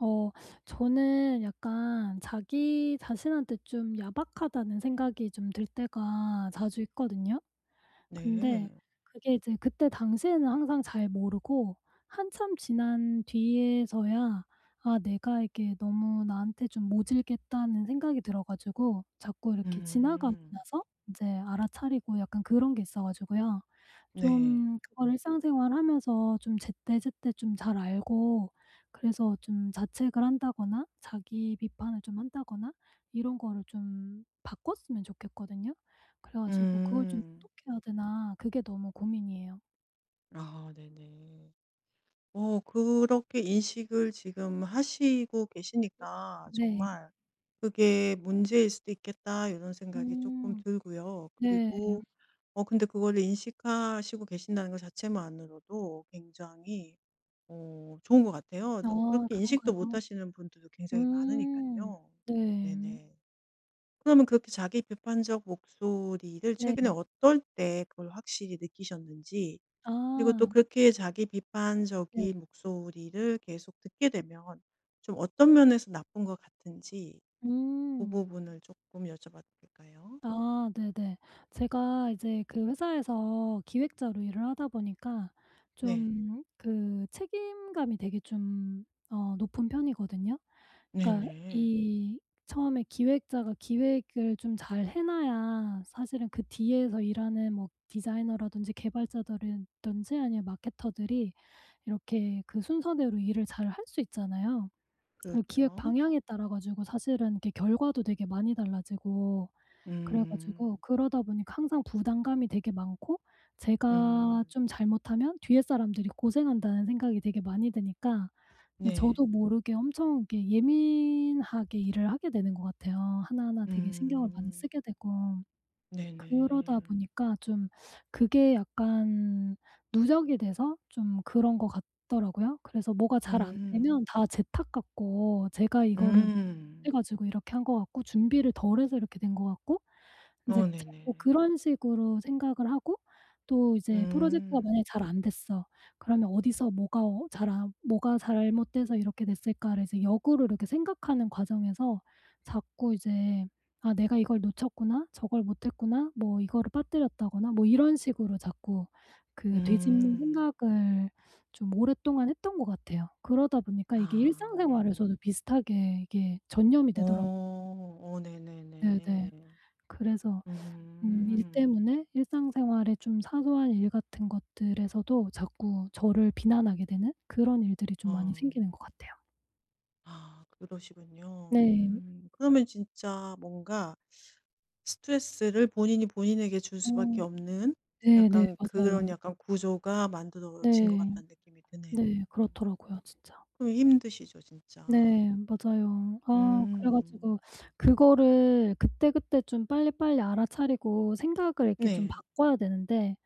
어 저는 약간 자기 자신한테 좀 야박하다는 생각이 좀 들 때가 자주 있거든요. 근데 네. 그게 이제 그때 당시에는 항상 잘 모르고 한참 지난 뒤에서야 '아 내가 이게 너무 나한테 좀 모질겠다.'는 생각이 들어 가지고 자꾸 이렇게 지나가고 음. 나서 인제 알아차리고 약간 그런 게 있어 가지고요. 네. 좀 그걸 일상생활하면서 좀 제때제때 좀 잘 알고 그래서 좀 자책을 한다거나 자기 비판을 좀 한다거나 이런 거를 좀 바꿨으면 좋겠거든요. 그래 가지고 그걸 좀 음. 어떻게 해야 되나 그게 너무 고민이에요. 아 네네. 어 그렇게 인식을 지금 하시고 계시니까 네. 정말 '그게 문제일 수도 있겠다.' 이런 생각이 조금 음. 들고요. 네. 그리고 어 근데 그거를 인식하시고 계신다는 것 자체만으로도 굉장히 어 좋은 것 같아요. 아 어, 그렇게 인식도 그런가요? 못 하시는 분들도 굉장히 많으니까 음. 요 네. 네네. 그러면 그렇게 자기 비판적 목소리를 네. 최근에 어떨 때 그걸 확실히 느끼셨는지, 그리고 또 아. 그렇게 자기 네. 비판적인 목소리를 계속 듣게 되면 좀 어떤 면에서 나쁜 것 같은지 그 음. 부분을 조금 여쭤봐도 될까요? 아 네네. 제가 이제 그 회사에서 기획자로 일을 하다 보니까 네. 좀 그 책임감이 되게 좀 높은 편이거든요. 그러니까 네네. 이 처음에 기획자가 기획을 좀 잘 해 놔야 사실은 그 뒤에서 일하는 뭐 디자이너라든지 개발자들이든지 아니면 마케터들이 이렇게 그 순서대로 일을 잘 할 수 있잖아요. 그리고 기획 그렇죠. 방향에 따라 가지고 사실은 이렇게 결과도 되게 많이 달라지고 그래 가지고 음. 그러다 보니까 항상 부담감이 되게 많고 제가 음. 좀 잘못하면 뒤에 사람들이 고생한다는 생각이 되게 많이 드니까 예 네. 저도 모르게 엄청 이렇게 예민하게 일을 하게 되는 것 같아요. 하나하나 되게 신경을 많이 음. 쓰게 되고. 네네. 그러다 보니까 좀 그게 약간 누적이 돼서 좀 그런 것 같더라고요. 그래서 뭐가 잘 안 되면 음. 다 제 탓 같고 제가 이거를 못 해 음. 가지고 이렇게 한 것 같고 준비를 덜 해서 이렇게 된 것 같고 인제 어, 자꾸 네네. 그런 식으로 생각을 하고 또 이제 프로젝트가 만약에 음. 잘 안 됐어. 그러면 '어디서 뭐가 어 잘 안 뭐가 잘못돼서 이렇게 됐을까.'를 이제 역으로 이렇게 생각하는 과정에서 자꾸 이제 '아 내가 이걸 놓쳤구나. 저걸 못 했구나. 뭐 이거를 빠뜨렸다거나.' 뭐 이런 식으로 자꾸 그 되짚는 음. 생각을 좀 오랫동안 했던 것 같아요. 그러다 보니까 이게 아 네네. 일상생활에서도 비슷하게 이게 전염이 되더라고요. 어. 어 네네. 네네네. 그래서 일 음. 때문에 일상생활의 좀 사소한 일 같은 것들에서도 자꾸 저를 비난하게 되는 그런 일들이 좀 많이 어. 생기는 것 같아요. 아 그러시군요. 네. 음. 그러면 진짜 뭔가 스트레스를 본인이 본인에게 줄 어 수밖에 없는 네네. 약간 맞아요. 그런 약간 구조가 만들어진 것 네. 같다는 느낌이 드네요. 네. 음. 그렇더라고요 진짜. 그럼 힘드시죠 진짜. 네. 맞아요. 아 그래 네. 음. 가지고 그거를 그때그때 좀 빨리빨리 알아차리고 생각을 이렇게 좀 네. 바꿔야 되는데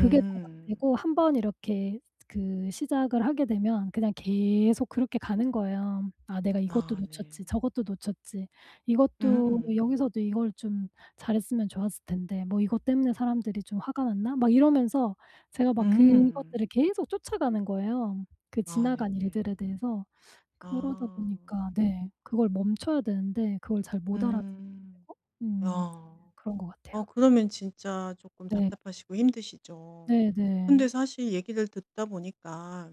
그게 잘 안 되고 한 번 이렇게 그 시작을 하게 되면 그냥 계속 그렇게 가는 거예요. '아 내가 이것도 아 네. 놓쳤지. 저것도 놓쳤지. 이것도 음. 여기서도 이걸 좀 잘했으면 좋았을 텐데 뭐 이것 때문에 사람들이 좀 화가 났나?' 막 이러면서 제가 막 음. 그것들을 계속 쫓아가는 거예요, 그 아 지나간 일들에 네네. 대해서. 그러다 아. 보니까 네 그걸 멈춰야 되는데 그걸 잘 못 알아채고 음. 음 아. 그런 것 같아요. 어 그러면 진짜 조금 네. 답답하시고 힘드시죠. 네네. 근데 사실 얘기를 듣다 보니까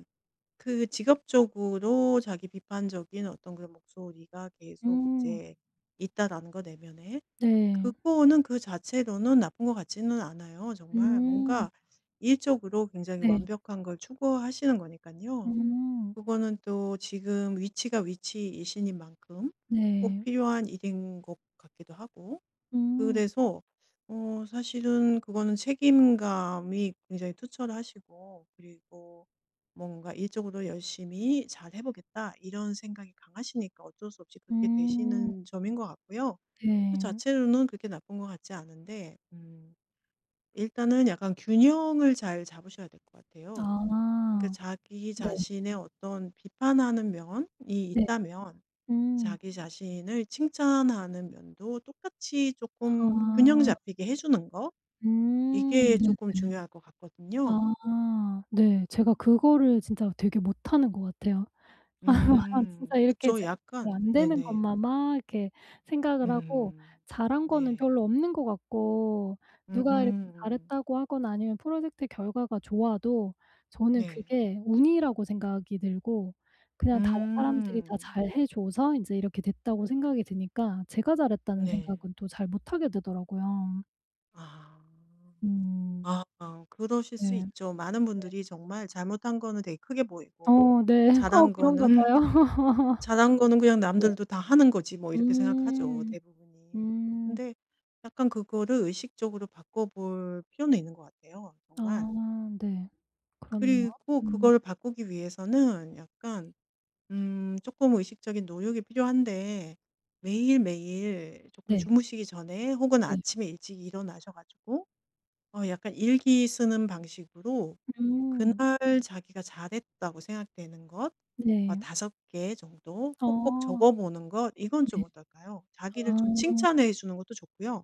그 직업적으로 자기 비판적인 어떤 그런 목소리가 계속 음. 이제 있다라는 거 내면에, 네. 그거는 그 자체로는 나쁜 것 같지는 않아요 정말. 음. 뭔가 일적으로 굉장히 네. 완벽한 걸 추구하시는 거니까요. 음. 그거는 또 지금 위치가 위치이신 만큼 꼭 네. 필요한 일인 것 같기도 하고. 음. 그래서 어 사실은 그거는 책임감이 굉장히 투철하시고 그리고 뭔가 '일적으로 열심히 잘 해 보겠다.' 이런 생각이 강하시니까 어쩔 수 없이 그렇게 음. 되시는 점인 것 같고요. 그 네. 자체로는 그렇게 나쁜 것 같지 않은데 일단은 약간 균형을 잘 잡으셔야 될 것 같아요. 그러니까 아. 자기 네. 자신의 어떤 비판하는 면이 네. 있다면 음. 자기 자신을 칭찬하는 면도 똑같이 아. 조금 균형 잡히게 해주는 거? 음. 이게 조금 네네. 중요할 것 같거든요. 아. 네. 제가 그거를 진짜 되게 못하는 것 같아요. 진짜 이렇게 그쵸. 제 어, 약간, 안 되는 네네. 것만 막 이렇게 생각을 하고 음, 잘한 거는 네. 별로 없는 것 같고 음, 누가 이렇게 음, 잘했다고 하거나 아니면 프로젝트 결과가 좋아도 저는 네. 그게 운이라고 생각이 들고 그냥 다른 사람들이 다 음, 잘해 줘서 이제 이렇게 됐다고 생각이 드니까 제가 잘했다는 네. 생각은 또 잘 못하게 되더라고요. 아, 음. 아, 아, 그러실 수 네. 있죠. 많은 분들이 정말 잘못한 거는 되게 크게 보이고, 어 네. 어 잘한 그런가 거는 봐요. 잘한 거는 그냥 네. 남들도 다 하는 거지 뭐 이렇게 생각하죠, 음. 대부분이. 음. 근데 약간 그거를 의식적으로 바꿔볼 필요는 있는 것 같아요, 정말. 아 네. 그렇네요. 그리고 음. 그거를 바꾸기 위해서는 약간 조금 의식적인 노력이 필요한데 매일매일 조금 네. 주무시기 전에 혹은 네. 아침에 일찍 일어나셔 가지고 어 약간 일기 쓰는 방식으로 그날 음. 자기가 잘했다고 생각되는 것 어 네. 5개 개 정도 꼭꼭 아. 적어 보는 것 이건 네. 좀 어떨까요? 자기를 아. 좀 칭찬해 주는 것도 좋고요.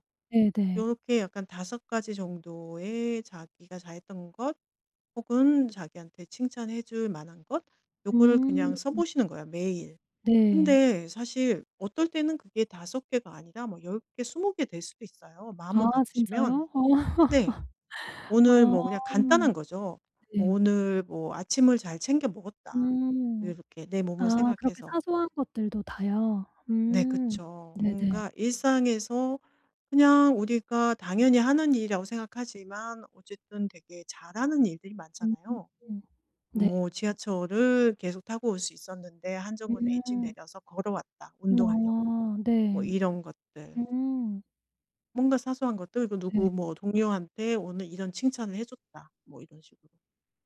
이 네네. 렇게 약간 5가지 가지 정도의 자기가 잘했던 것 혹은 자기한테 칭찬해 줄 만한 것 요거를 그냥 음. 써 보시는 거예요, 매일. 네. 근데 사실 어떨 때는 그게 5개 개가 아니라 뭐 10개 개, 20개 될 수도 있어요, 아 마음만 바꾸시면. 진짜요? 어. 네. 오늘 뭐 아. 그냥 간단한 거죠. 뭐 네. '오늘 뭐 아침을 잘 챙겨 먹었다.' 이 음. 렇게 내 아 몸을 그렇게 생각해서. 사소한 것들도 다요? 네 음. 그쵸. 네네. 뭔가 일상에서 그냥 우리가 당연히 하는 일이라고 생각하지만 어쨌든 되게 잘하는 일들이 음. 많잖아요. 네. 뭐 지하철을 계속 타고 올 수 있었는데 한 정거장 일찍 음. 내려서 걸어왔다 운동하려고. 아 뭐 네. 이런 것들. 음. 뭔가 사소한 것들 그리고 네. 누구 뭐 동료한테 오늘 이런 칭찬을 해 줬다. 뭐 이런 식으로.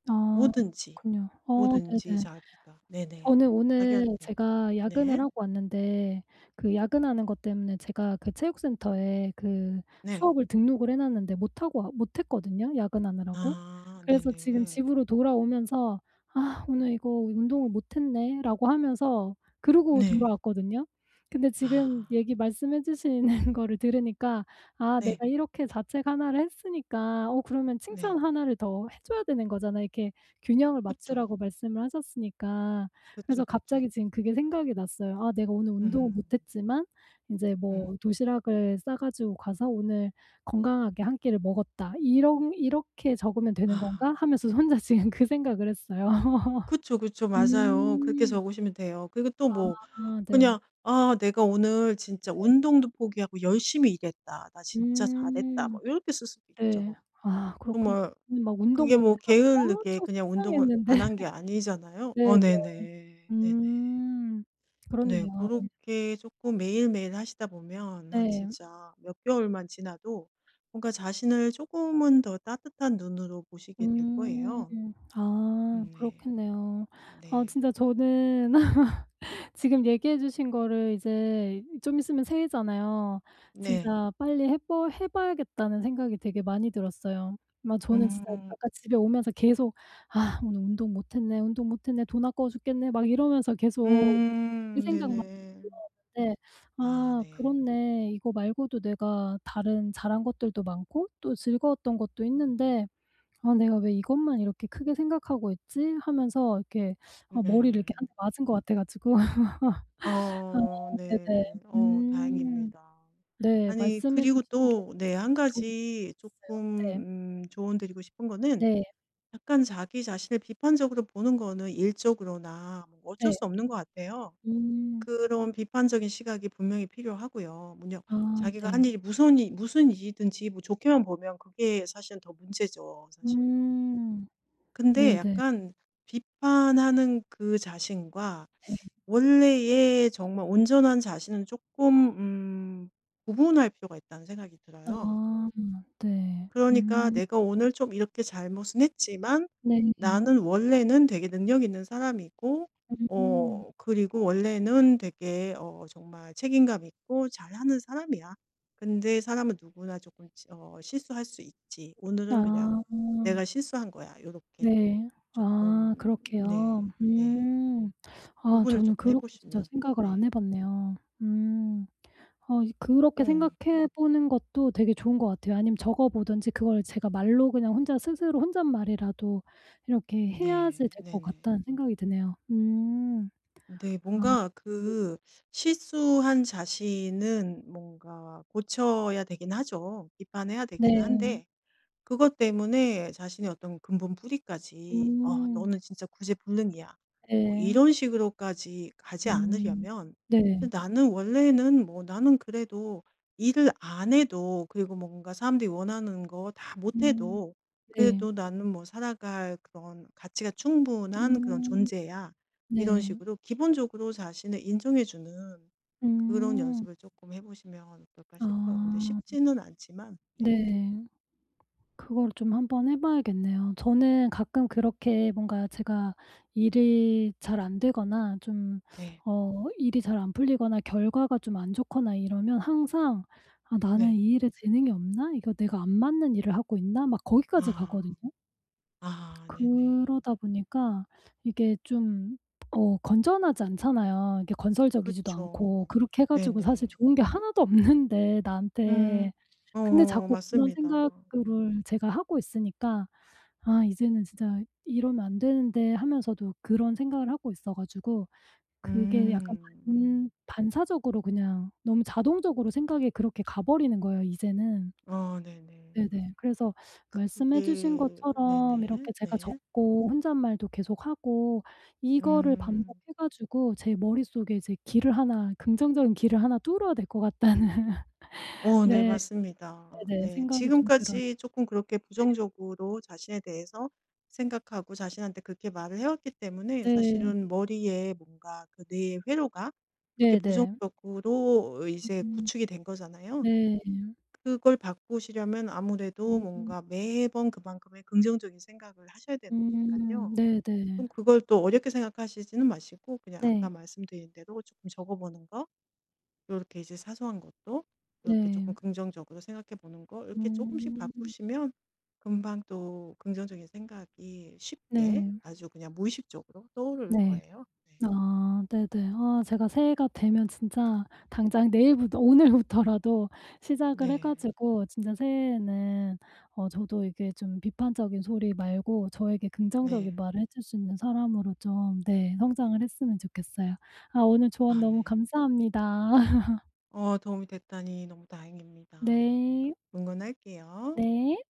아 뭐든지. 그렇군요. 어 뭐든지 네네. 자기가. 네네. 저는 오늘 자기한테. 제가 야근을 네. 하고 왔는데 그 야근하는 것 때문에 제가 그 체육센터에 그 네. 수업을 등록을 해 놨는데 못 하고 와 못 했거든요, 야근하느라고. 아 그래서 지금 네네. 집으로 돌아오면서 '아 오늘 이거 운동을 못 했네.'라고 하면서 그러고 네. 돌아왔거든요. 근데 지금 아 얘기 말씀해 주시는 거를 들으니까 '아 네. 내가 이렇게 자책 하나를 했으니까 어 그러면 칭찬 네. 하나를 더 해 줘야 되는 거잖아.' 이렇게 균형을 그쵸. 맞추라고 말씀을 하셨으니까 그래서 그쵸, 갑자기 그쵸. 지금 그게 생각이 났어요. '아 내가 오늘 운동을 음. 못 했지만 인제 음. 뭐 도시락을 싸 가지고 가서 오늘 건강하게 한 끼를 먹었다. 이런 이렇게 적으면 되는 아. 건가?' 하면서 혼자 지금 그 생각을 했어요. 그쵸, 그쵸. 맞아요. 그렇게 음. 적으시면 돼요. 그리고 또 뭐 아 네. 그냥 '아 내가 오늘 진짜 네. 운동도 포기하고 열심히 일했다. 나 진짜 잘했다.' 음. 뭐 이렇게 쓸 수도 네. 있죠. 아 그렇군요. 정말 저는 막 운동 그게 못해 뭐 가지고 게으르게 엄청 그냥 운동을 속상해했는데 안 한 게 아니잖아요. 어 네네. 네네. 네네. 음. 네. 그 그렇네요. 렇게 조금 매일매일 하시다 보면 한 네. 진짜 몇 개월만 지나도 뭔가 자신을 조금은 더 따뜻한 눈으로 보시게 될 음. 거예요. 아 네. 그렇겠네요. 아 네. 진짜 저는 지금 얘기해 주신 거를 이제 좀 있으면 새해잖아요. 네. 진짜 빨리 해 봐야겠다는 생각이 되게 많이 들었어요. 막 저는 진짜 음. 아까 집에 오면서 계속 '아 오늘 운동 못 했네. 운동 못 했네. 돈 아까워 죽겠네.' 막 이러면서 계속 그 음. 생각만 네네. 들었는데 아 '아 네. 그렇네. 이거 말고도 내가 다른 잘한 것들도 많고 또 즐거웠던 것도 있는데' '아 내가 왜 이것만 이렇게 크게 생각하고 있지?' 하면서 이렇게 어 머리를 네. 이렇게 한 대 맞은 것 같아 가지고 아 어 네네. 네. 어 음. 다행입니다. 네. 아니 말씀해 그리고 주신 게 또 네 진짜 한 도움이 가지 많이 됐어요. 조금 조언 드리고 싶은 거는 네. 네. 약간 자기 자신을 비판적으로 보는 거는 일적으로나 뭐 어쩔 네. 수 없는 것 같아요. 음. 그런 비판적인 시각이 분명히 필요하고요. 뭐냐 아 자기가 한 네. 일이 무슨 일이든지 뭐 좋게만 보면 그게 사실은 더 문제죠, 사실은. 음. 근데 네네. 약간 비판하는 그 자신과 네. 원래의 정말 온전한 자신은 조금 음 구분할 필요가 있다는 생각이 들어요. 아 네. 그러니까 음. 내가 오늘 좀 이렇게 잘못은 했지만 네. 나는 원래는 되게 능력 있는 사람이고, 음. 어, 그리고 원래는 되게 어, 정말 책임감 있고 잘하는 사람이야. 근데 사람은 누구나 조금 어, 실수할 수 있지. 오늘은 그냥 아. 내가 실수한 거야. 이렇게 네. 아 조금, 네, 그렇게요. 네. 음. 아 구분을 저는 조금 그렇게 진짜 해보시면, 생각을 안 네. 해 봤네요. 음. 어 이 그렇게 음, 생각해 보는 것도 되게 좋은 것 같아요. 아니면 적어 보든지 그걸 제가 말로 그냥 혼자 스스로 혼잣말이라도 이렇게 해야지 네, 될 것 네네. 같다는 생각이 드네요. 음. 네. 아 뭔가 그 실수한 자신은 뭔가 고쳐야 되긴 하죠. 비판해야 되기는 네. 한데 그것 때문에 자신의 어떤 근본 뿌리까지 '어 음. 너는 진짜 구제불능이야.' 뭐 네. 이런 식으로까지 가지 음. 않으려면 네. 나는 원래는 뭐 나는 그래도 일을 안 해도 그리고 뭔가 사람들이 원하는 거 다 못 음. 해도 네. 그래도 '나는 뭐 살아갈 그런 가치가 충분한 그런 음. 존재야.' 이런 네. 식으로 기본적으로 자신을 인정해 주는 그런 음. 연습을 조금 해 보시면 어떨까 싶어요. 근데 아. 쉽지는 않지만, 네. 네. 그걸 좀 한번 해 봐야겠네요. 저는 가끔 그렇게 뭔가 제가 일이 잘 안 되거나 좀 네. 어 일이 잘 안 풀리거나 결과가 좀 안 좋거나 이러면 항상 '아 나는 네. 이 일에 재능이 없나? 이거 내가 안 맞는 일을 하고 있나?' 막 거기까지 가거든요. 아. 아 네네. 그러다 보니까 이게 좀 어 건전하지 않잖아요. 이게 건설적이지도 그쵸. 않고 그렇게 해 가지고 사실 네네. 좋은 게 하나도 없는데 음. 나한테. 근데 어 자꾸 그런 맞습니다. 생각을 제가 하고 있으니까 '아 이제는 진짜 이러면 안 되는데.' 하면서도 그런 생각을 하고 있어 가지고 그게 약간 음. 반 반사적으로 그냥 너무 자동적으로 생각이 그렇게 가 버리는 거예요 이제는. 어 네네. 네네. 그래서 말씀해 주신 그게 것처럼 이렇게 네네. 제가 네. 적고 혼잣말도 계속하고 이거를 음. 반복해 가지고 제 머릿속에 이제 길을 하나 긍정적인 길을 하나 뚫어야 될 것 같다는 어 네 네 맞습니다. 네네 네. 생각이 좀 들어요. 지금까지 조금 그렇게 네. 부정적으로 자신에 대해서 생각하고 자신한테 그렇게 말을 해왔기 때문에 네. 사실은 머리에 뭔가 그 뇌의 회로가 그렇게 네네. 부정적으로 이제 음. 구축이 된 거잖아요. 네. 그걸 바꾸시려면 아무래도 음. 음. 뭔가 매번 그만큼의 긍정적인 생각을 하셔야 되는 거니까 음. 요 네네. 좀 그걸 또 어렵게 생각하시지는 마시고 그냥 네. 아까 말씀드린 대로 조금 적어 보는 거 이렇게 이제 사소한 것도 이렇게 조금 네. 긍정적으로 생각해 보는 거 이렇게 조금씩 음. 바꾸시면 금방 또 긍정적인 생각이 쉽게 네. 아주 그냥 무의식적으로 떠오를 네. 거예요. 네. 아 네네. 아 제가 새해가 되면 진짜 당장 내일부터 오늘부터라도 시작을 해 네. 가지고 진짜 새해에는 어 저도 이게 좀 비판적인 소리 말고 저에게 긍정적인 네. 말을 해줄 수 있는 사람으로 좀 네 성장을 했으면 좋겠어요. 아 오늘 조언 아 너무 네. 감사합니다. 어 도움이 됐다니 너무 다행입니다. 네. 네. 응원할게요. 네.